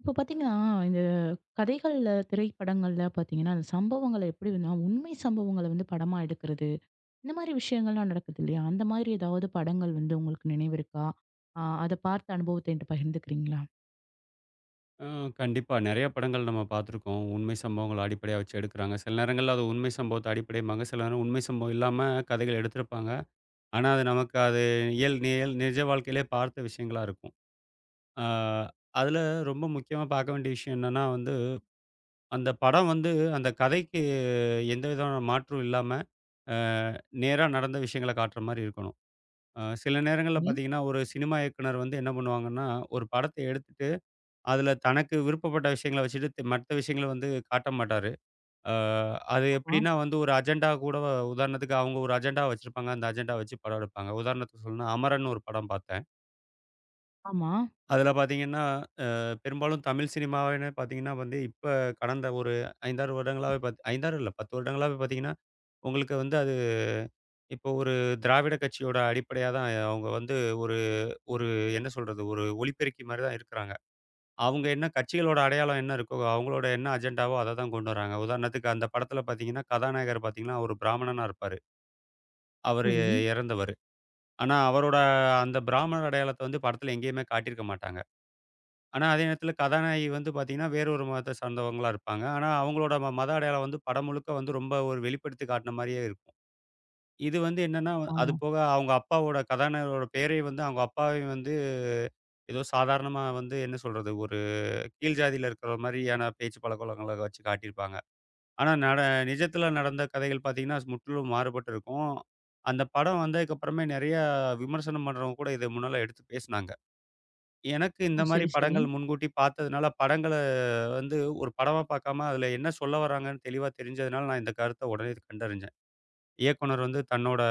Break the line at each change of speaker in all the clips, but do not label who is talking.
இப்போ பாத்தீங்கன்னா, இந்த கதைகள்ல, திரைப்படங்கள்ல பாத்தீங்கன்னா, அந்த சம்பவங்கள எப்படி வேணா உண்மை சம்பவங்கள வந்து படமா எடுக்கிறது. இந்த மாரி விஷயங்கள்லாம் நடக்குது இல்லையா? அந்த மாதிரி ஏதாவது படங்கள் வந்து உங்களுக்கு நினைவு இருக்கா? ஆ அத பார்த்த அனுபவத்த என்ட்ட பகிர்ந்துக்கிறீங்களா?
ஆ, கண்டிப்பா. நெறைய படங்கள் நம்ம பார்த்துருக்கோம். உண்மை சம்பவங்கள அடிப்படையா வச்சு எடுக்குறாங்க. சில நேரங்கள்ல அது உண்மை சம்பவத்த அடிப்படைம்பாங்க. சில நேரம் உண்மை சம்பவம் இல்லாம கதைகள் எடுத்திருப்பாங்க. ஆனா, நமக்கு அது இயல் நியல் நிஜ வாழ்க்கையிலே பார்த்த விஷயங்களா இருக்கும். ஆ அதுல ரொம்ப முக்கியமா பார்க்க வேண்டிய விஷயம் என்னன்னா வந்து, அந்த படம் வந்து அந்த கதைக்கு எந்த விதமான மாற்றும் இல்லாம, ஆ நேரா நடந்த விஷயங்கள காட்டுற மாரி இருக்கணும். சில நேரங்கள்ல
ம்.
பார்த்தீங்கன்னா, ஒரு சினிமா இயக்குனர் வந்து என்ன பண்ணுவாங்கன்னா, ஒரு படத்த எடுத்துட்டு அதில தனக்கு விருப்பப்பட்ட விஷயங்கள வச்சுட்டு, மத்த விஷயங்கள வந்து காட்ட மாட்டாரு. அ அது
ஆமா,
எப்படின்னா வந்து ஒரு அஜெண்டா கூட உதாரணத்துக்கு அவங்க ஒரு அஜெண்டா வச்சிருப்பாங்க. அந்த அஜெண்டா வச்சு படம் எடுப்பாங்க. உதாரணத்துக்கு சொல்லணும்னா, அமரன் ஒரு படம் பார்த்தேன்.
ஆமா.
அதில பார்த்தீங்கன்னா, அ பெரும்பாலும் தமிழ் சினிமாவினே பார்த்தீங்கன்னா வந்து, இப்ப கடந்த ஒரு 5, 6 வருடங்களாவே 5, 6 இல்ல 10 வருடங்களாவே பார்த்தீங்கன்னா, உங்களுக்கு வந்து அது இப்போ ஒரு திராவிட கட்சியோட அடிப்படையா தான் அவங்க வந்து ஒரு ஒரு என்ன சொல்றது? ஒரு ஒலிபெருக்கி மாரி தான் இருக்கிறாங்க. அவங்க என்ன கட்சிகளோட அடையாளம் என்ன இருக்கோ, அவங்களோட என்ன அஜெண்டாவோ அத தான் கொண்டு வராங்க. உதாரணத்துக்கு அந்த படத்துல பார்த்தீங்கன்னா, கதாநாயகர் பார்த்தீங்கன்னா, ஒரு பிராமணனா இருப்பாரு. அவரு
சரி.
இறந்தவரு. ஆனா, அவரோட அந்த பிராமணர் அடையாளத்த வந்து படத்துல எங்கேயுமே காட்டியிருக்க மாட்டாங்க. ஆனா, அதே நேரத்துல கதாநாயகி வந்து பார்த்தீங்கன்னா, வேறொரு மதத்த சார்ந்தவங்களா இருப்பாங்க. ஆனா, அவங்களோட மத அடையாளம் வந்து படம் முழுக்க வந்து ரொம்ப ஒரு வெளிப்படுத்தி காட்டுன மாரியே இருக்கும். இது வந்து என்னன்னா, அது
ஆமா.
போக அவங்க அப்பாவோட கதாநாயகரோட பேரையும் வந்து அவங்க அப்பாவையும் வந்து ஏதோ சாதாரணமா வந்து என்ன சொல்றது, ஒரு கீழ் ஜாதியில இருக்கிற மாரியான பேச்சு பழக்கவழக்கங்கள வச்சு காட்டியிருப்பாங்க. ஆனா, நிஜத்துல நடந்த கதைகள் பார்த்தீங்கன்னா, முற்றிலும் மாறுபட்டு இருக்கும். அந்த படம் வந்ததுக்கப்புறமே நெறையா விமர்சனம் பண்றவங்க கூட இத முன்னால எடுத்து பேசுனாங்க. எனக்கு இந்த
ஓ!
மாரி
சரி, சரி.
படங்கள் முன்கூட்டி பார்த்ததுனால, படங்கள வந்து ஒரு படமா பார்க்காம, அதுல என்ன சொல்ல வராங்கன்னு தெளிவா தெரிஞ்சதுனால, நான் இந்த கருத்த உடனே கண்டறிஞ்சேன். இயக்குனர் வந்து தன்னோட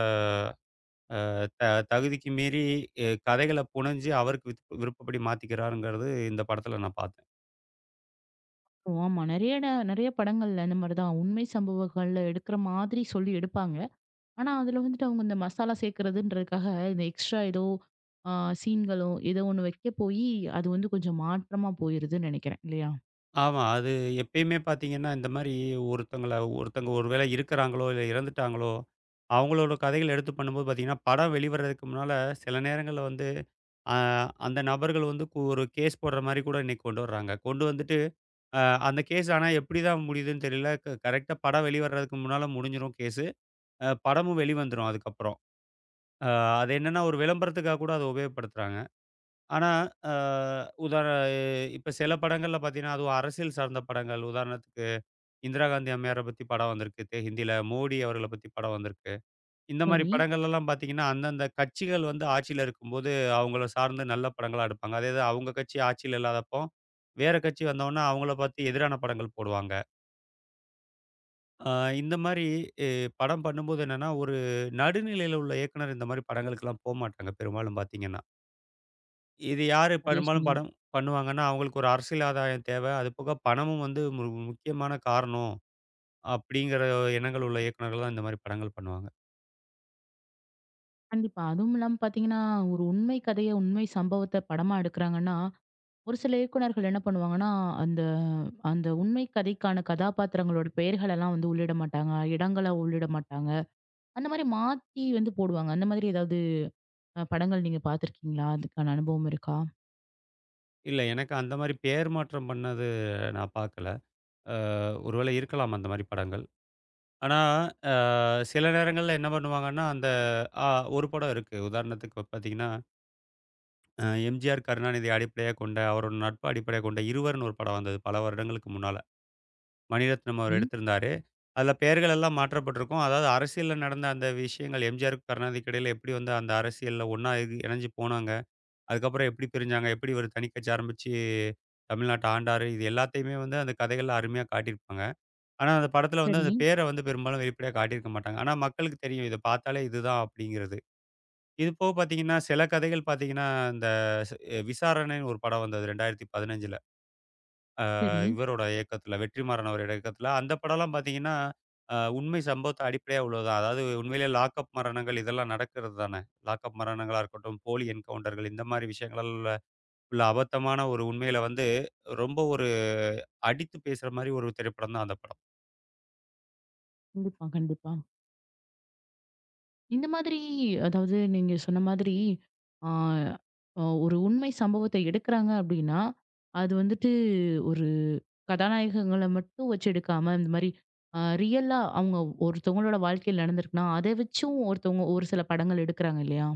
த தகுதிக்கு மீறி கதைகள புனைஞ்சு அவருக்கு விருப்பப்படி மாத்திக்கிறாருங்கிறது இந்த படத்துல நான் பார்த்தேன்.
ஓ! ஆமா. நெறைய நெறைய படங்கள்ல இந்த மாரி தான் உண்மை சம்பவங்கள்ல எடுக்கிற மாதிரி சொல்லி எடுப்பாங்க. ஆனா, அதுல வந்துட்டு அவங்க இந்த மசாலா சேர்க்கிறதுன்றதுக்காக, இந்த எக்ஸ்ட்ரா ஏதோ அ சீன்களோ, ஏதோ ஒண்ணு வைக்க போயி, அது வந்து கொஞ்சம் மாற்றமா போயிருதுன்னு நெனைக்கிறேன். இல்லையா?
ஆமா. அது எப்பயுமே பார்த்தீங்கன்னா, இந்த மாரி ஒருத்தங்கள ஒருத்தங்க ஒரு வேளை இருக்கிறாங்களோ, இல்ல இறந்துட்டாங்களோ, அவங்களோட கதைகள எடுத்து பண்ணும்போது பார்த்தீங்கன்னா, படம் வெளிவர்றதுக்கு முன்னால சில நேரங்கள்ல வந்து, அ அந்த நபர்கள் வந்து ஒரு கேஸ் போடுற மாரி கூட இன்னைக்கு கொண்டு வர்றாங்க. கொண்டு வந்துட்டு, அ அந்த கேஸ் ஆனா எப்படி தான் முடியுதுன்னு தெரியல. கரெக்ட்டா படம் வெளிவர்றதுக்கு முன்னால முடிஞ்சிரும் கேஸு. படமும் வெளிவந்துரும் அதுக்கப்புறம். அ அது என்னன்னா, ஒரு விளம்பரத்துக்காக கூட அத உபயோகப்படுத்துறாங்க. ஆனா, அ உதாரண இப்ப சில படங்கள்ல பார்த்தீங்கன்னா, அதுவும் அரசியல் சார்ந்த படங்கள் உதாரணத்துக்கு இந்திரா காந்தி அம்மையார பத்தி படம் வந்திருக்கு. ஹிந்தியில மோடி அவர்கள பத்தி படம் வந்திருக்கு. இந்த மாரி
சரி.
படங்கள்லலாம் பார்த்தீங்கன்னா, அந்தந்த கட்சிகள் வந்து ஆட்சியில இருக்கும்போது, அவங்கள சார்ந்து நல்ல படங்களா எடுப்பாங்க. அதே இது அவங்க கட்சி ஆட்சியில இல்லாதப்போ, வேற கட்சி வந்தோனே அவங்கள பார்த்து எதிரான படங்கள் போடுவாங்க. அ இந்த மாரி எ படம் பண்ணும்போது என்னன்னா, ஒரு நடுநிலையில உள்ள இயக்குனர் இந்த மாரி படங்களுக்கெல்லாம் போமாட்டாங்க பெரும்பாலும் பார்த்தீங்கன்னா. இது
ஆ,
யாரு
சரியா
பெரும்பாலும்
சொன்னீங்க.
படம் பண்ணுவாங்கன்னா, அவங்களுக்கு ஒரு அரசியல் ஆதாயம் தேவை. அது போக பணமும் வந்து ஒரு முக்கியமான காரணம். அப்படிங்கிற எண்ணங்கள் உள்ள இயக்குனர்கள் தான் இந்த மாரி படங்கள் பண்ணுவாங்க.
கண்டிப்பா. அதுவும் இல்லாம பார்த்தீங்கன்னா, ஒரு உண்மை கதைய, உண்மை சம்பவத்த படமா எடுக்குறாங்கன்னா, ஒரு சில இயக்குனர்கள் என்ன பண்ணுவாங்கன்னா, அந்த அந்த உண்மை கதைக்கான கதாபாத்திரங்களோட பெயர்களெல்லாம் வந்து உள்ளிட மாட்டாங்க. இடங்கள உள்ளிட மாட்டாங்க. அந்த மாரி மாத்தி வந்து போடுவாங்க. அந்த மாதிரி ஏதாவது படங்கள் நீங்க பார்த்துருக்கீங்களா? அதுக்கான அனுபவம் இருக்கா?
இல்ல எனக்கு அந்த மாரி பேர் மாற்றம் பண்ணது நான் பார்க்கல. அ ஒருவேளை இருக்கலாம் அந்த மாரி படங்கள். ஆனா, அ சில நேரங்கள்ல என்ன பண்ணுவாங்கன்னா, அந்த அ ஒரு படம் இருக்கு. உதாரணத்துக்கு பார்த்தீங்கன்னா, எம்ஜிஆர், கருணாநிதி அடிப்படையா கொண்ட அவரோட நட்பு அடிப்படையா கொண்ட இருவர்னு ஒரு படம் வந்தது பல வருடங்களுக்கு முன்னால. மணிரத்னம் அவர்
சரி,
எடுத்திருந்தாரு. அதுல பெயர்கள் எல்லாம் மாற்றப்பட்டிருக்கும். அதாவது அரசியல்ல நடந்த அந்த விஷயங்கள் எம்ஜிஆருக்கும் கருணாநிதிக்கும் இடையில எப்படி வந்து அந்த அரசியல்ல ஒண்ணா இணைஞ்சு போனாங்க. அதுக்கப்புறம் எப்படி பிரிஞ்சாங்க? எப்படி இவரு தனி கட்சி ஆரம்பிச்சு தமிழ்நாட்ட ஆண்டாரு? இது எல்லாத்தையுமே வந்து அந்த கதைகள்ல அருமையா காட்டியிருப்பாங்க. ஆனா, அந்த படத்துல வந்து அந்த
சரி,
பேர வந்து பெரும்பாலும் வெளிப்படையா காட்டியிருக்க மாட்டாங்க. ஆனா, மக்களுக்கு தெரியும் இத பார்த்தாலே இதுதான் அப்படிங்கிறது. இது போக பார்த்தீங்கன்னா, சில கதைகள் பார்த்தீங்கன்னா, இந்த ஸ் அ விசாரணைன்னு ஒரு படம் வந்தது 2015ல.
சரி.
இவரோட இயக்கத்துல வெற்றிமாறன் அவரோட இயக்கத்துல. அந்த படம்லாம் பார்த்தீங்கன்னா, உண்மை சம்பவத்த அடிப்படையா உள்ளதுதான். அதாவது உண்மையிலேயே லாக்அப் மரணங்கள் இதெல்லாம் நடக்கிறது தானே! லாக்அப் மரணங்களா இருக்கட்டும், போலி என்கவுண்டர்கள் இந்த மாரி விஷயங்கள் உள்ள அபத்தமான ஒரு உண்மையில வந்து, ரொம்ப ஒரு அடித்து பேசுற மாரி ஒரு திரைப்படம் தான் அந்த படம்.
கண்டிப்பா, கண்டிப்பா. இந்த மாதிரி அதாவது நீங்க சொன்ன மாதிரி ஆ ஒரு உண்மை சம்பவத்த எடுக்குறாங்க அப்டின்னா, அது வந்துட்டு ஒரு கதாநாயகங்கள மட்டும் வச்சு எடுக்காம, இந்த மாரி ரியலா அவங்க ஒருத்தவங்களோட வாழ்க்கையில நடந்திருக்குன்னா, அத வச்சும் ஒருத்தவங்க ஒரு சில படங்கள் எடுக்குறாங்க இல்லையா?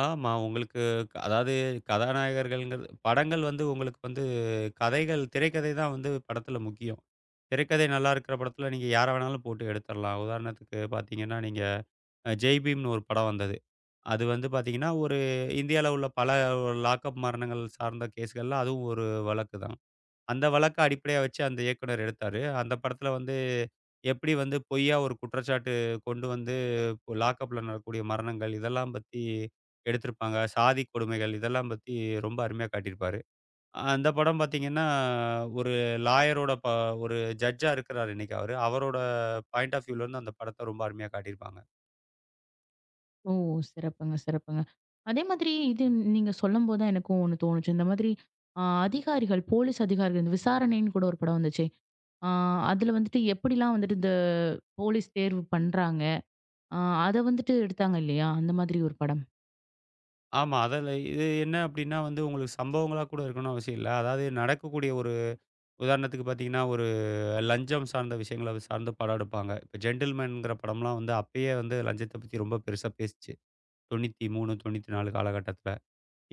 ஆமா. உங்களுக்கு அதாவது கதாநாயகர்கள்ங்கிறது படங்கள் வந்து உங்களுக்கு வந்து கதைகள் திரைக்கதை தான் வந்து படத்தில முக்கியம். திரைக்கதை நல்லா இருக்கிற படத்தில நீங்க யார வேணாலும் போட்டு எடுத்துறலாம். உதாரணத்துக்கு பார்த்தீங்கன்னா, நீங்க "ஜெய் பீம்னு" ஒரு படம் வந்தது. அது வந்து பார்த்தீங்கன்னா, ஒரு இந்தியால உள்ள பல லாக்கப் மரணங்கள் சார்ந்த கேஸ்கள்ல அதுவும் ஒரு வழக்கு தான். அந்த வழக்க அடிப்படையா வச்சு அந்த இயக்குனர் எடுத்தாரு. அந்த படத்துல வந்து எப்படி வந்து பொய்யா ஒரு குற்றச்சாட்டு கொண்டு வந்து லாக்கப்ல நடக்கக்கூடிய மரணங்கள் இதெல்லாம் பத்தி எடுத்திருப்பாங்க. சாதி கொடுமைகள் இதெல்லாம் பத்தி ரொம்ப அருமையா காட்டியிருப்பாரு. அந்த படம் பாத்தீங்கன்னா, ஒரு லாயரோட ஒரு ஜட்ஜா இருக்கிறாரு இன்னைக்கு அவரு. அவரோட பாயிண்ட் ஆஃப் வியூல இருந்து அந்த படத்த ரொம்ப அருமையா காட்டியிருப்பாங்க.
ஓ! சிறப்புங்க, சிறப்புங்க. அதே மாதிரி இது நீங்க சொல்லும்போது தான் எனக்கும் ஒண்ணு தோணுச்சு. இந்த மாதிரி அதிகாரிகள், போலீஸ் அதிகாரிகள் இந்த விசாரணைன்னு கூட ஒரு படம் வந்துச்சே! ஆ அதுல வந்துட்டு எப்படிலாம் வந்துட்டு இந்த போலீஸ் தேர்வு பண்றாங்க. ஆ அத வந்துட்டு எடுத்தாங்க இல்லையா? அந்த மாதிரி ஒரு படம்.
ஆமா. அதில இது என்ன அப்படின்னா வந்து உங்களுக்கு சம்பவங்களா கூட இருக்கணும்னு அவசியம் இல்ல. அதாவது நடக்கக்கூடிய ஒரு உதாரணத்துக்கு பாத்தீங்கன்னா லஞ்சம் சார்ந்த விஷயங்கள சார்ந்து படம் எடுப்பாங்க. இப்ப ஜென்டில்மேன்ங்கிற படம்லாம் வந்து அப்பயே வந்து லஞ்சத்த பத்தி ரொம்ப பெருசா பேசுச்சு. 93, 94 காலகட்டத்தில.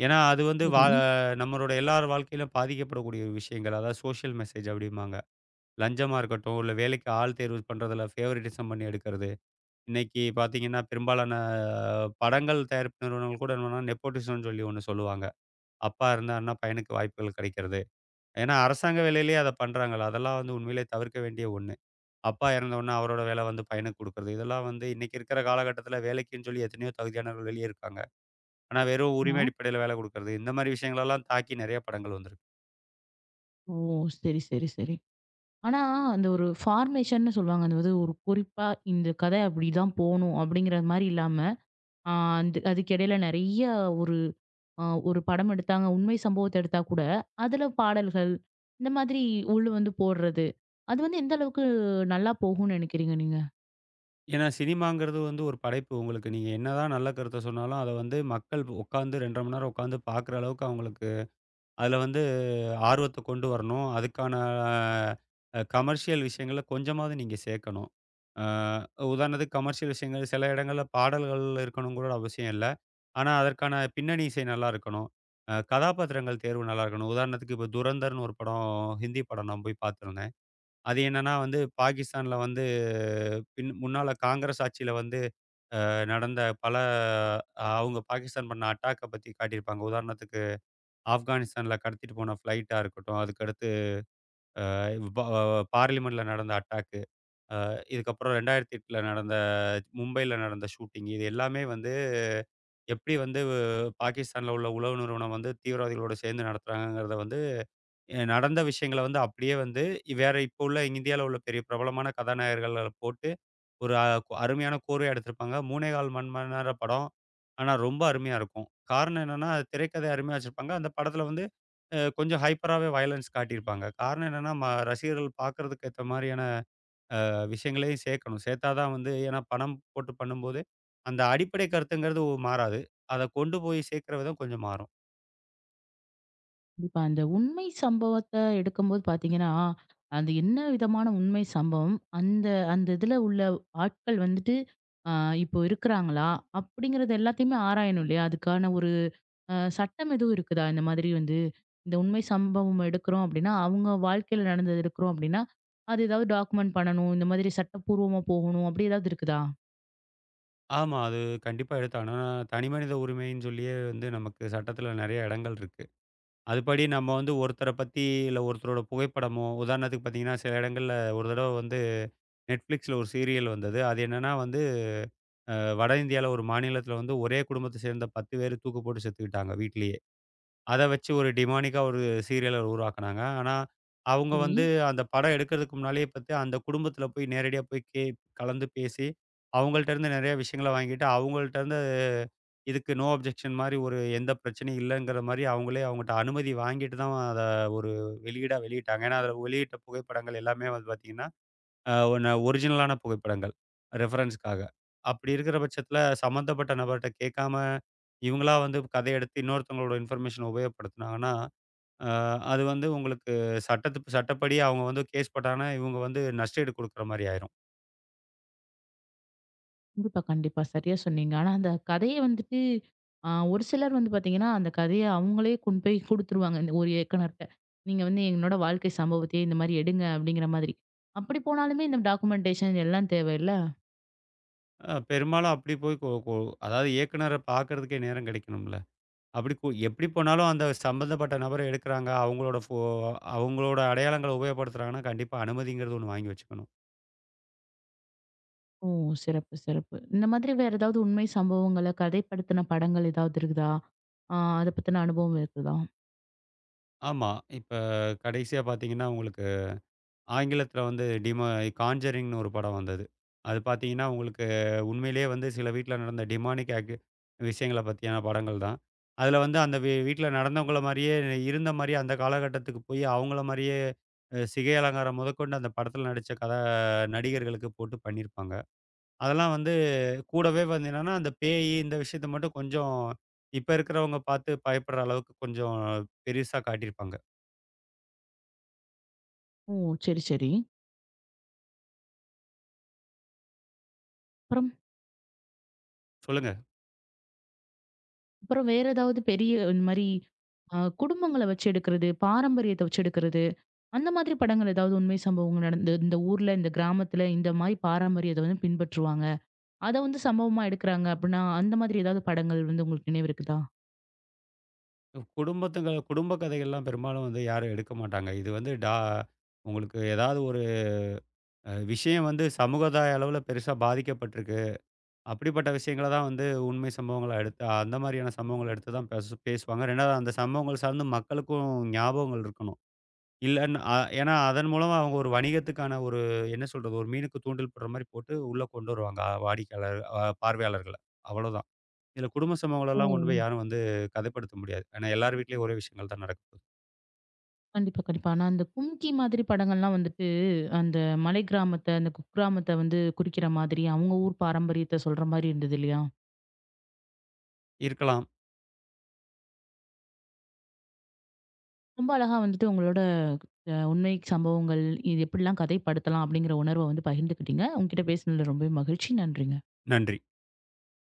ஏன்னா அது வந்து
சரி.
நம்மளோட எல்லார் வாழ்க்கையிலும் பாதிக்கப்படக்கூடிய ஒரு விஷயங்கள். அதாவது சோஷியல் மெசேஜ் அப்படிம்பாங்க. லஞ்சமா இருக்கட்டும், இல்ல வேலைக்கு ஆள் தேர்வு பண்றதில ஃபேவரட்டிசம் பண்ணி எடுக்கிறது. இன்னைக்கு பார்த்தீங்கன்னா, பெரும்பாலான படங்கள் தயாரிப்பு நிறுவனங்கள் கூட என்னன்னா நெப்போட்டிசம்னு சொல்லி ஒண்ணு சொல்லுவாங்க. அப்பா இருந்தாருன்னா பையனுக்கு வாய்ப்புகள் கிடைக்கிறது. ஏன்னா அரசாங்க வேலையிலேயே அத பண்றாங்கல்ல. அதெல்லாம் வந்து உண்மையிலேயே தவிர்க்க வேண்டிய ஒண்ணு. அப்பா இறந்த உடனே அவரோட வேலை வந்து பையனுக்கு குடுக்குறது. இதெல்லாம் வந்து இன்னைக்கு இருக்கிற காலகட்டத்தில வேலைக்குன்னு சொல்லி எத்தனையோ தகுதியானவர்கள் வெளிய இருக்காங்க. ஆனா வெறும்
ஆமா.
உரிமை அடிப்படையில வேலை குடுக்குறது. இந்த மாரி விஷயங்களெல்லாம் தாக்கி நெறைய படங்கள் வந்திருக்கு.
ஓ! சரி, சரி, சரி. ஆனா, அந்த ஒரு ஃபார்மேஷன்னு சொல்லுவாங்க. அந்த வந்து ஒரு குறிப்பா இந்த கதை அப்படிதான் போணும் அப்படிங்கிற மாரி இல்லாம, ஆ அந்த அதுக்கு இடையில நெறைய ஒரு அ ஒரு படம் எடுத்தாங்க. உண்மை சம்பவத்த எடுத்தா கூட, அதுல பாடல்கள் இந்த மாதிரி உள் வந்து போடுறது. அது வந்து எந்த அளவுக்கு நல்லா போகும்னு நெனைக்கிறீங்க நீங்க?
ஏன்னா சினிமாங்கிறது வந்து ஒரு படைப்பு. உங்களுக்கு நீங்க என்னதான் நல்ல கருத்த சொன்னாலும், அத வந்து மக்கள் உட்கார்ந்து 2 1/2 மணி நேரம் உட்கார்ந்து பார்க்குற அளவுக்கு அவங்களுக்கு அதுல வந்து ஆர்வத்த கொண்டு வரணும். அதுக்கான கமர்ஷியல் விஷயங்கள கொஞ்சமாவது நீங்க சேர்க்கணும். உதாரணத்துக்கு கமர்ஷியல் விஷயங்கள் சில இடங்கள்ல பாடல்கள் இருக்கணுங்கிற அவசியம் இல்ல. ஆனா, அதற்கான பின்னணி இசை நல்லா இருக்கணும். கதாபாத்திரங்கள் தேர்வு நல்லா இருக்கணும். உதாரணத்துக்கு இப்ப துரந்தர்ன்னு ஒரு படம் ஹிந்தி படம் நான் போய் பார்த்துருந்தேன். அது என்னன்னா வந்து பாகிஸ்தான்ல வந்து முன்னால காங்கிரஸ் ஆட்சியில வந்து நடந்த பல அவங்க பாகிஸ்தான் பண்ண அட்டாக்க பத்தி காட்டியிருப்பாங்க. உதாரணத்துக்கு ஆப்கானிஸ்தான்ல கடத்திட்டு போன ஃப்ளைட்டா இருக்கட்டும், அதுக்கடுத்து பா பார்லிமெண்ட்ல நடந்த அட்டாக்கு, இதுக்கப்புறம் 2008ல நடந்த மும்பைல நடந்த ஷூட்டிங் இது எல்லாமே வந்து எப்படி வந்து பாகிஸ்தான்ல உள்ள உளவு நிறுவனம் வந்து தீவிரவாதிகளோட சேர்ந்து நடத்துறாங்கங்கிறத வந்து நடந்த விஷயங்கள வந்து அப்படியே வந்து வேற இப்போ உள்ள இந்தியால உள்ள பெரிய பிரபலமான கதாநாயகர்கள போட்டு ஒரு அருமையான கோர்வையா எடுத்திருப்பாங்க. 3 1/4 மணி நேர படம். ஆனா ரொம்ப அருமையா இருக்கும். காரணம் என்னன்னா, திரைக்கதை அருமையா வச்சிருப்பாங்க. அந்த படத்துல வந்து கொஞ்சம் ஹைப்பராவே வயலன்ஸ் காட்டியிருப்பாங்க. காரணம் என்னன்னா, ரசிகர்கள் பார்க்கறதுக்கு ஏத்த மாரியான விஷயங்களையும் சேர்க்கணும். சேர்த்தா தான் வந்து ஏன்னா பணம் போட்டு பண்ணும்போது, அந்த அடிப்படை கருத்துங்கிறது மாறாது. அத கொண்டு போய் சேர்க்கிற விதம் கொஞ்சம் மாறும்.
கண்டிப்பா. அந்த உண்மை சம்பவத்த எடுக்கும்போது பார்த்தீங்கன்னா, அந்த என்ன விதமான உண்மை சம்பவம்? அந்த அந்த இதுல உள்ள ஆட்கள் வந்துட்டு, அ இப்போ இருக்கிறாங்களா? அப்படிங்கிறது எல்லாத்தையுமே ஆராயணும் இல்லையா? அதுக்கான ஒரு சட்டம் எதுவும் இருக்குதா? இந்த மாதிரி வந்து இந்த உண்மை சம்பவம் எடுக்கிறோம் அப்படின்னா, அவங்க வாழ்க்கையில நடந்தது எடுக்கிறோம் அப்படின்னா, அது ஏதாவது டாக்குமெண்ட் பண்ணணும். இந்த மாதிரி சட்டப்பூர்வமா போகணும். அப்படி ஏதாவது இருக்குதா?
ஆமா. அது கண்டிப்பா எடுத்தாகணும். ஆனா, தனி மனித உரிமைன்னு சொல்லியே வந்து நமக்கு சட்டத்தில நெறைய இடங்கள் இருக்கு. அதுபடி நம்ம வந்து ஒருத்தர பத்தி இல்ல ஒருத்தரோட புகைப்படமோ, உதாரணத்துக்கு பார்த்தீங்கன்னா, சில இடங்கள்ல ஒரு தடவ வந்து Netflixல ஒரு சீரியல் வந்தது. அது என்னன்னா வந்து, அ வட இந்தியால ஒரு மாநிலத்தில வந்து ஒரே குடும்பத்த சேர்ந்த 10 பேரு தூக்கு போட்டு செத்துக்கிட்டாங்க வீட்லயே. அத வச்சு ஒரு டிமானிக்கா ஒரு சீரியல உருவாக்குனாங்க. ஆனா, அவங்க
சரி.
வந்து அந்த படம் எடுக்கிறதுக்கு முன்னாலேயே பார்த்து அந்த குடும்பத்தில போய் நேரடியா போய் கலந்து பேசி, அவங்கள்ட்ட இருந்து நெறைய விஷயங்கள வாங்கிட்டு, அவங்கள்ட்ட இருந்து இதுக்கு நோ அப்ஜெக்ஷன் மாரி ஒரு எந்த பிரச்சனையும் இல்லங்கிற மாரி அவங்களே அவங்கட்ட அனுமதி வாங்கிட்டு தான் அத ஒரு வெளியீடா வெளியிட்டாங்க. ஏன்னா, அதில வெளியிட்ட புகைப்படங்கள் எல்லாமே வந்து பார்த்தீங்கன்னா அ ஒண்ண ஒரிஜினலான புகைப்படங்கள் ரெஃபரன்ஸ்க்காக. அப்படி இருக்கிற பட்சத்தில சம்மந்தப்பட்ட நபர்ட்ட கேட்காம, இவங்களா வந்து கதை எடுத்து இன்னொருத்தவங்களோட இன்ஃபர்மேஷன உபயோகப்படுத்துனாங்கன்னா, அ அது வந்து உங்களுக்கு சட்டப்படி அவங்க வந்து கேஸ் போட்டாங்கன்னா, இவங்க வந்து நஷ்டஈடு குடுக்குற மாரி ஆயிரும்.
கண்டிப்பா, கண்டிப்பா. சரியா சொன்னீங்க. ஆனா அந்த கதைய வந்துட்டு ஒரு சிலர் வந்து பார்த்தீங்கன்னா, அந்த கதைய அவங்களே கொண்டு போய் குடுத்துருவாங்க. இந்த ஒரு இயக்குனர்ட்ட. நீங்க வந்து என்னோட வாழ்க்கை சம்பவத்தையே இந்த மாரி எடுங்க அப்படிங்கிற மாதிரி. அப்படி போனாலுமே இந்த டாக்குமெண்டேஷன் எல்லாம் தேவையில்ல?
பெரும்பாலும் அப்படி போய் கொ கொ அதாவது இயக்குனர பார்க்கறதுக்கே நேரம் கிடைக்கணும்ல. அப்படி எப்படி போனாலும் அந்த சம்பந்தப்பட்ட நபர எடுக்குறாங்க, அவங்களோட அடையாளங்கள உபயோகப்படுத்துறாங்கன்னா, கண்டிப்பா அனுமதிங்கிறது ஒண்ணு வாங்கி வச்சுக்கணும்.
ஓ! சிறப்பு, சிறப்பு. இந்த மாதிரி வேற ஏதாவது உண்மை சம்பவங்கள கதைப்படுத்தின படங்கள் ஏதாவது இருக்குதா? ஆ அத பத்தின அனுபவம் இருக்குதா?
ஆமா. இப்ப கடைசியா பார்த்தீங்கன்னா உங்களுக்கு ஆங்கிலத்தில வந்து காஞ்சரிங்ன்னு ஒரு படம் வந்தது. அது பார்த்தீங்கன்னா, உங்களுக்கு உண்மையிலேயே வந்து சில வீட்ல நடந்த டிமானிக் விஷயங்கள பத்தியான படங்கள் தான். அதில வந்து அந்த வீட்ல நடந்தவங்கள மாரியே இருந்த மாரியே அந்த காலகட்டத்துக்கு போய் அவங்கள மாரியே சிகை அலங்காரம் முதற்கொண்டு அந்த படத்தில நடிச்ச நடிகர்களுக்கு போட்டு பண்ணியிருப்பாங்க. அதெல்லாம் வந்து கூடவே வந்து என்னன்னா, அந்த இந்த விஷயத்த மட்டும் கொஞ்சம் இப்ப இருக்கிறவங்க பார்த்து பயப்படுற அளவுக்கு கொஞ்சம் பெருசா காட்டியிருப்பாங்க.
ஓ! சரி, சரி. அப்புறம்
சொல்லுங்க.
அப்புறம் வேற ஏதாவது பெரிய இந்த மாரி குடும்பங்கள வச்சு எடுக்கிறது, பாரம்பரியத்த வச்சு எடுக்கிறது அந்த மாதிரி படங்கள் ஏதாவது உண்மை சம்பவங்கள் நடந்து இந்த ஊர்ல, இந்த கிராமத்துல இந்த மாரி பாரம்பரியத்த வந்து பின்பற்றுவாங்க. அத வந்து சம்பவமா எடுக்குறாங்க அப்டின்னா, அந்த மாதிரி ஏதாவது படங்கள் வந்து உங்களுக்கு நினைவு இருக்குதா?
குடும்பத்துங்க குடும்ப கதைகள்லாம் பெரும்பாலும் வந்து யாரும் எடுக்க மாட்டாங்க. இது வந்து உங்களுக்கு ஏதாவது ஒரு விஷயம் வந்து சமூகதாய அளவுல பெருசா பாதிக்கப்பட்டிருக்கு. அப்படிப்பட்ட விஷயங்கள தான் வந்து உண்மை சம்பவங்களா எடுத்து அந்த மாதிரியான சம்பவங்கள எடுத்து தான் பேசுவாங்க. 2வது அந்த சம்பவங்கள் சார்ந்து மக்களுக்கும் ஞாபகங்கள் இருக்கணும். இல்லன்னு ஏன்னா அதன் மூலமா அவங்க ஒரு வணிகத்துக்கான ஒரு என்ன சொல்றது? ஒரு மீனுக்கு தூண்டில் போடுற மாரி போட்டு உள்ள கொண்டு வருவாங்க அ வாடிக்கையாளர் அ பார்வையாளர்கள. அவ்வளோதான். இதுல குடும்ப
ஓ!
சம்பவங்களெல்லாம் கொண்டு போய் யாரும் வந்து கதைப்படுத்த முடியாது. ஏன்னா எல்லார் வீட்லயும் ஒரே விஷயங்கள் தான் நடக்கும்.
கண்டிப்பா, கண்டிப்பா. ஆனா அந்த கும்கி மாதிரி படங்கள்லாம் வந்துட்டு, அந்த மலை கிராமத்த, அந்த குக்கிராமத்த வந்து குறிக்கிற மாதிரி, அவங்க ஊர் பாரம்பரியத்த சொல்ற மாரி இருந்தது இல்லையா?
இருக்கலாம்.
ரொம்ப அழகா வந்துட்டு உங்களோட உண்மை சம்பவங்கள், இது எப்டிலாம் கதைப்படுத்தலாம் அப்டிங்கிற உணர்வ வந்து பகிர்ந்துக்கிட்டீங்க. உங்ககிட்ட பேசினதுல ரொம்பவே மகிழ்ச்சி. நன்றிங்க.
நன்றி.